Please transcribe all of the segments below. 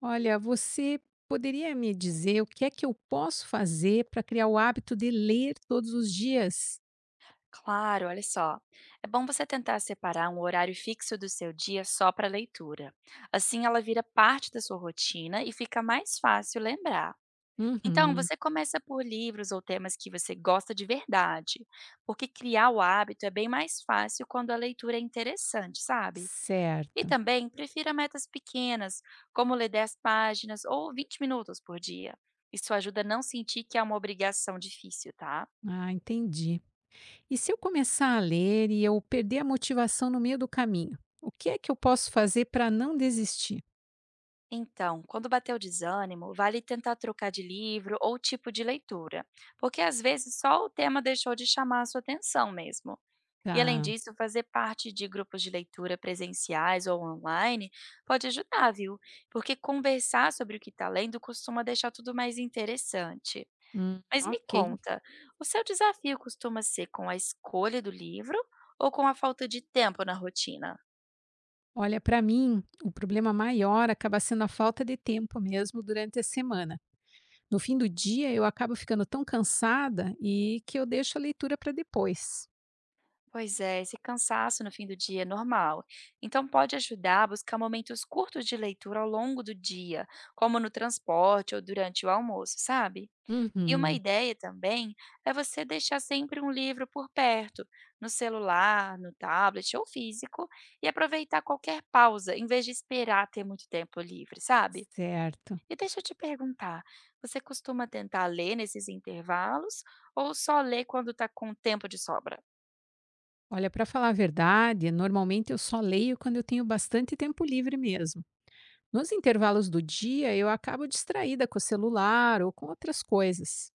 Olha, você poderia me dizer o que é que eu posso fazer para criar o hábito de ler todos os dias? Claro, olha só. É bom você tentar separar um horário fixo do seu dia só para leitura. Assim ela vira parte da sua rotina e fica mais fácil lembrar. Então, Uhum, você começa por livros ou temas que você gosta de verdade, porque criar o hábito é bem mais fácil quando a leitura é interessante, sabe? E certo. também prefira metas pequenas, como ler 10 páginas ou 20 minutos por dia. Isso ajuda a não sentir que é uma obrigação difícil, tá? Ah, entendi. E se eu começar a ler e eu perder a motivação no meio do caminho, o que é que eu posso fazer para não desistir? Então, quando bater o desânimo, vale tentar trocar de livro ou tipo de leitura, porque às vezes só o tema deixou de chamar a sua atenção mesmo. E além Tá. disso, fazer parte de grupos de leitura presenciais ou online pode ajudar, viu? Porque conversar sobre o que está lendo costuma deixar tudo mais interessante. Mas me Ok. conta, o seu desafio costuma ser com a escolha do livro ou com a falta de tempo na rotina? Olha, para mim, o problema maior acaba sendo a falta de tempo mesmo durante a semana. No fim do dia, eu acabo ficando tão cansada e que eu deixo a leitura para depois. Pois é, esse cansaço no fim do dia é normal. Então pode ajudar a buscar momentos curtos de leitura ao longo do dia, como no transporte ou durante o almoço, sabe? E uma Uhum, ideia também é você deixar sempre um livro por perto, no celular, no tablet ou físico, e aproveitar qualquer pausa, em vez de esperar ter muito tempo livre, sabe? certo. E deixa eu te perguntar, você costuma tentar ler nesses intervalos ou só lê quando está com tempo de sobra? Olha, para falar a verdade, normalmente eu só leio quando eu tenho bastante tempo livre mesmo. Nos intervalos do dia, eu acabo distraída com o celular ou com outras coisas.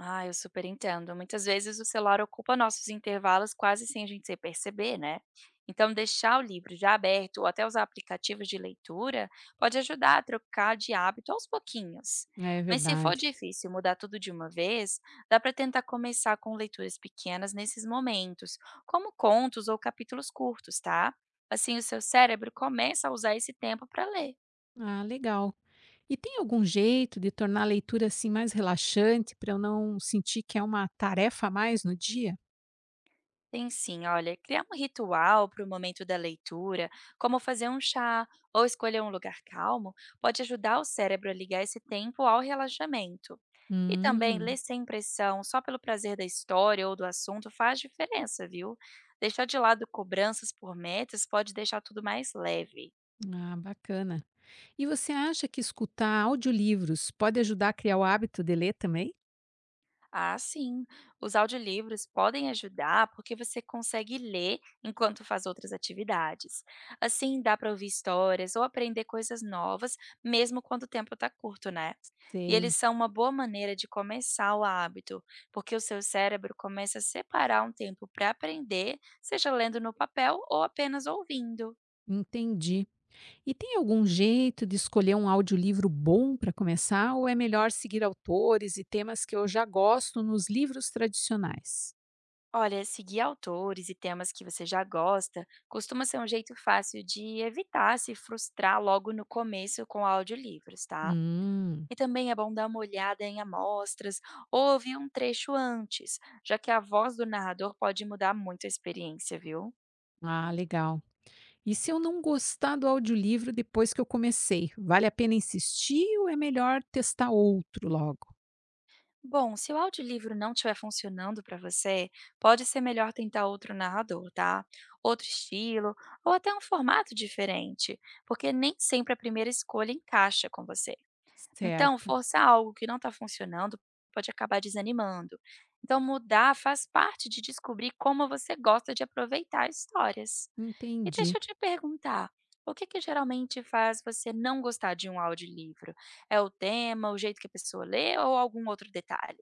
Ah, eu super entendo. Muitas vezes o celular ocupa nossos intervalos quase sem a gente se perceber, né? Então, deixar o livro já aberto ou até usar aplicativos de leitura pode ajudar a trocar de hábito aos pouquinhos. É Mas se for verdade. difícil mudar tudo de uma vez, dá para tentar começar com leituras pequenas nesses momentos, como contos ou capítulos curtos, tá? Assim, o seu cérebro começa a usar esse tempo para ler. Ah, legal. E tem algum jeito de tornar a leitura assim mais relaxante para eu não sentir que é uma tarefa a mais no dia? Tem sim, olha, criar um ritual para o momento da leitura, como fazer um chá ou escolher um lugar calmo, pode ajudar o cérebro a ligar esse tempo ao relaxamento. E também Hum, ler sem pressão, só pelo prazer da história ou do assunto, faz diferença, viu? Deixar de lado cobranças por metas pode deixar tudo mais leve. ah, bacana. E você acha que escutar audiolivros pode ajudar a criar o hábito de ler também? Ah, sim. Os audiolivros podem ajudar porque você consegue ler enquanto faz outras atividades. Assim, dá para ouvir histórias ou aprender coisas novas, mesmo quando o tempo está curto, né? E eles Sei, são uma boa maneira de começar o hábito, porque o seu cérebro começa a separar um tempo para aprender, seja lendo no papel ou apenas ouvindo. entendi. E tem algum jeito de escolher um audiolivro bom para começar, ou é melhor seguir autores e temas que eu já gosto nos livros tradicionais? Olha, seguir autores e temas que você já gosta costuma ser um jeito fácil de evitar se frustrar logo no começo com audiolivros, tá? Hum, E também é bom dar uma olhada em amostras ou ouvir um trecho antes, já que a voz do narrador pode mudar muito a experiência, viu? ah, legal. E se eu não gostar do audiolivro depois que eu comecei, vale a pena insistir ou é melhor testar outro logo? Bom, se o audiolivro não estiver funcionando para você, pode ser melhor tentar outro narrador, tá? Outro estilo ou até um formato diferente, porque nem sempre a primeira escolha encaixa com você. Então, Certo, forçar algo que não está funcionando pode acabar desanimando. Então, mudar faz parte de descobrir como você gosta de aproveitar histórias. E deixa entendi. eu te perguntar, o que que geralmente faz você não gostar de um audiolivro? É o tema, o jeito que a pessoa lê ou algum outro detalhe?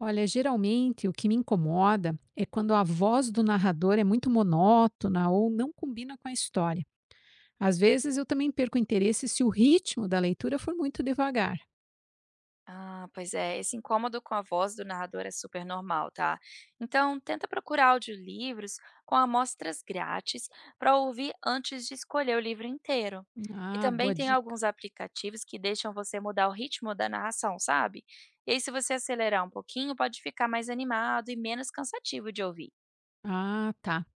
Olha, geralmente o que me incomoda é quando a voz do narrador é muito monótona ou não combina com a história. Às vezes eu também perco interesse se o ritmo da leitura for muito devagar. Ah, pois é, esse incômodo com a voz do narrador é super normal, tá? Então, tenta procurar audiolivros com amostras grátis para ouvir antes de escolher o livro inteiro. E Ah, também boa tem dica. alguns aplicativos que deixam você mudar o ritmo da narração, sabe? E aí, se você acelerar um pouquinho, pode ficar mais animado e menos cansativo de ouvir. Ah, tá.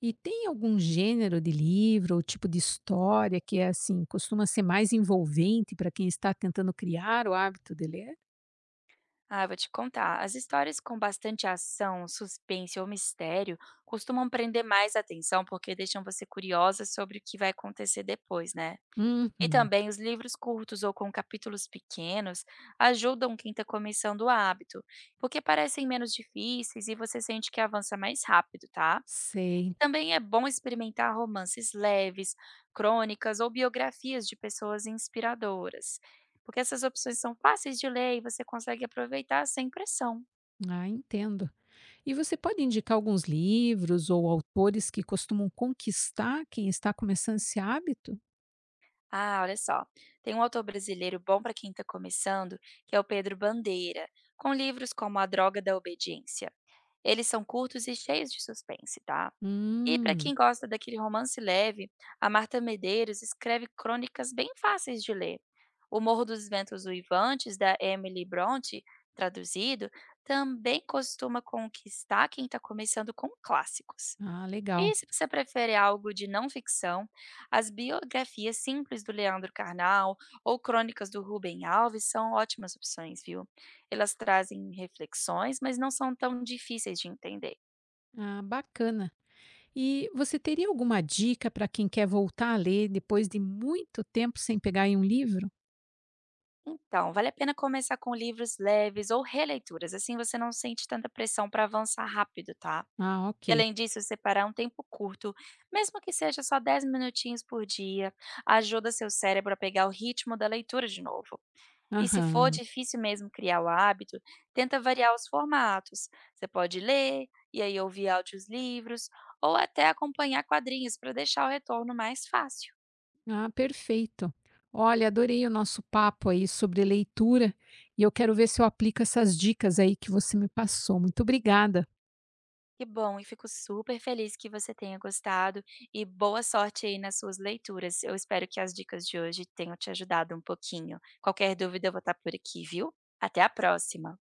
E tem algum gênero de livro ou tipo de história que é assim, costuma ser mais envolvente para quem está tentando criar o hábito de ler? Ah, vou te contar. As histórias com bastante ação, suspense ou mistério costumam prender mais atenção porque deixam você curiosa sobre o que vai acontecer depois, né? E Uhum, também os livros curtos ou com capítulos pequenos ajudam quem está começando o hábito, porque parecem menos difíceis e você sente que avança mais rápido, tá? sei. Também é bom experimentar romances leves, crônicas ou biografias de pessoas inspiradoras, porque essas opções são fáceis de ler e você consegue aproveitar sem pressão. Ah, entendo. E você pode indicar alguns livros ou autores que costumam conquistar quem está começando esse hábito? Ah, olha só. Tem um autor brasileiro bom para quem está começando, que é o Pedro Bandeira, com livros como A Droga da Obediência. Eles são curtos e cheios de suspense, tá? E para Hum, quem gosta daquele romance leve, a Marta Medeiros escreve crônicas bem fáceis de ler. O Morro dos Ventos Uivantes, da Emily Bronte, traduzido, também costuma conquistar quem está começando com clássicos. ah, legal. E se você prefere algo de não ficção, as biografias simples do Leandro Carnal ou crônicas do Rubem Alves são ótimas opções, viu? Elas trazem reflexões, mas não são tão difíceis de entender. Ah, bacana. E você teria alguma dica para quem quer voltar a ler depois de muito tempo sem pegar em um livro? Então, vale a pena começar com livros leves ou releituras, assim você não sente tanta pressão para avançar rápido, tá? Ah, E ok. além disso, separar um tempo curto, mesmo que seja só 10 minutinhos por dia, ajuda seu cérebro a pegar o ritmo da leitura de novo. E se for Aham. difícil mesmo criar o hábito, tenta variar os formatos. Você pode ler, e aí ouvir audiolivros, ou até acompanhar quadrinhos para deixar o retorno mais fácil. Ah, perfeito. Olha, adorei o nosso papo aí sobre leitura e eu quero ver se eu aplico essas dicas aí que você me passou. Muito obrigada. Que bom, e fico super feliz que você tenha gostado e boa sorte aí nas suas leituras. Eu espero que as dicas de hoje tenham te ajudado um pouquinho. Qualquer dúvida, eu vou estar por aqui, viu? Até a próxima!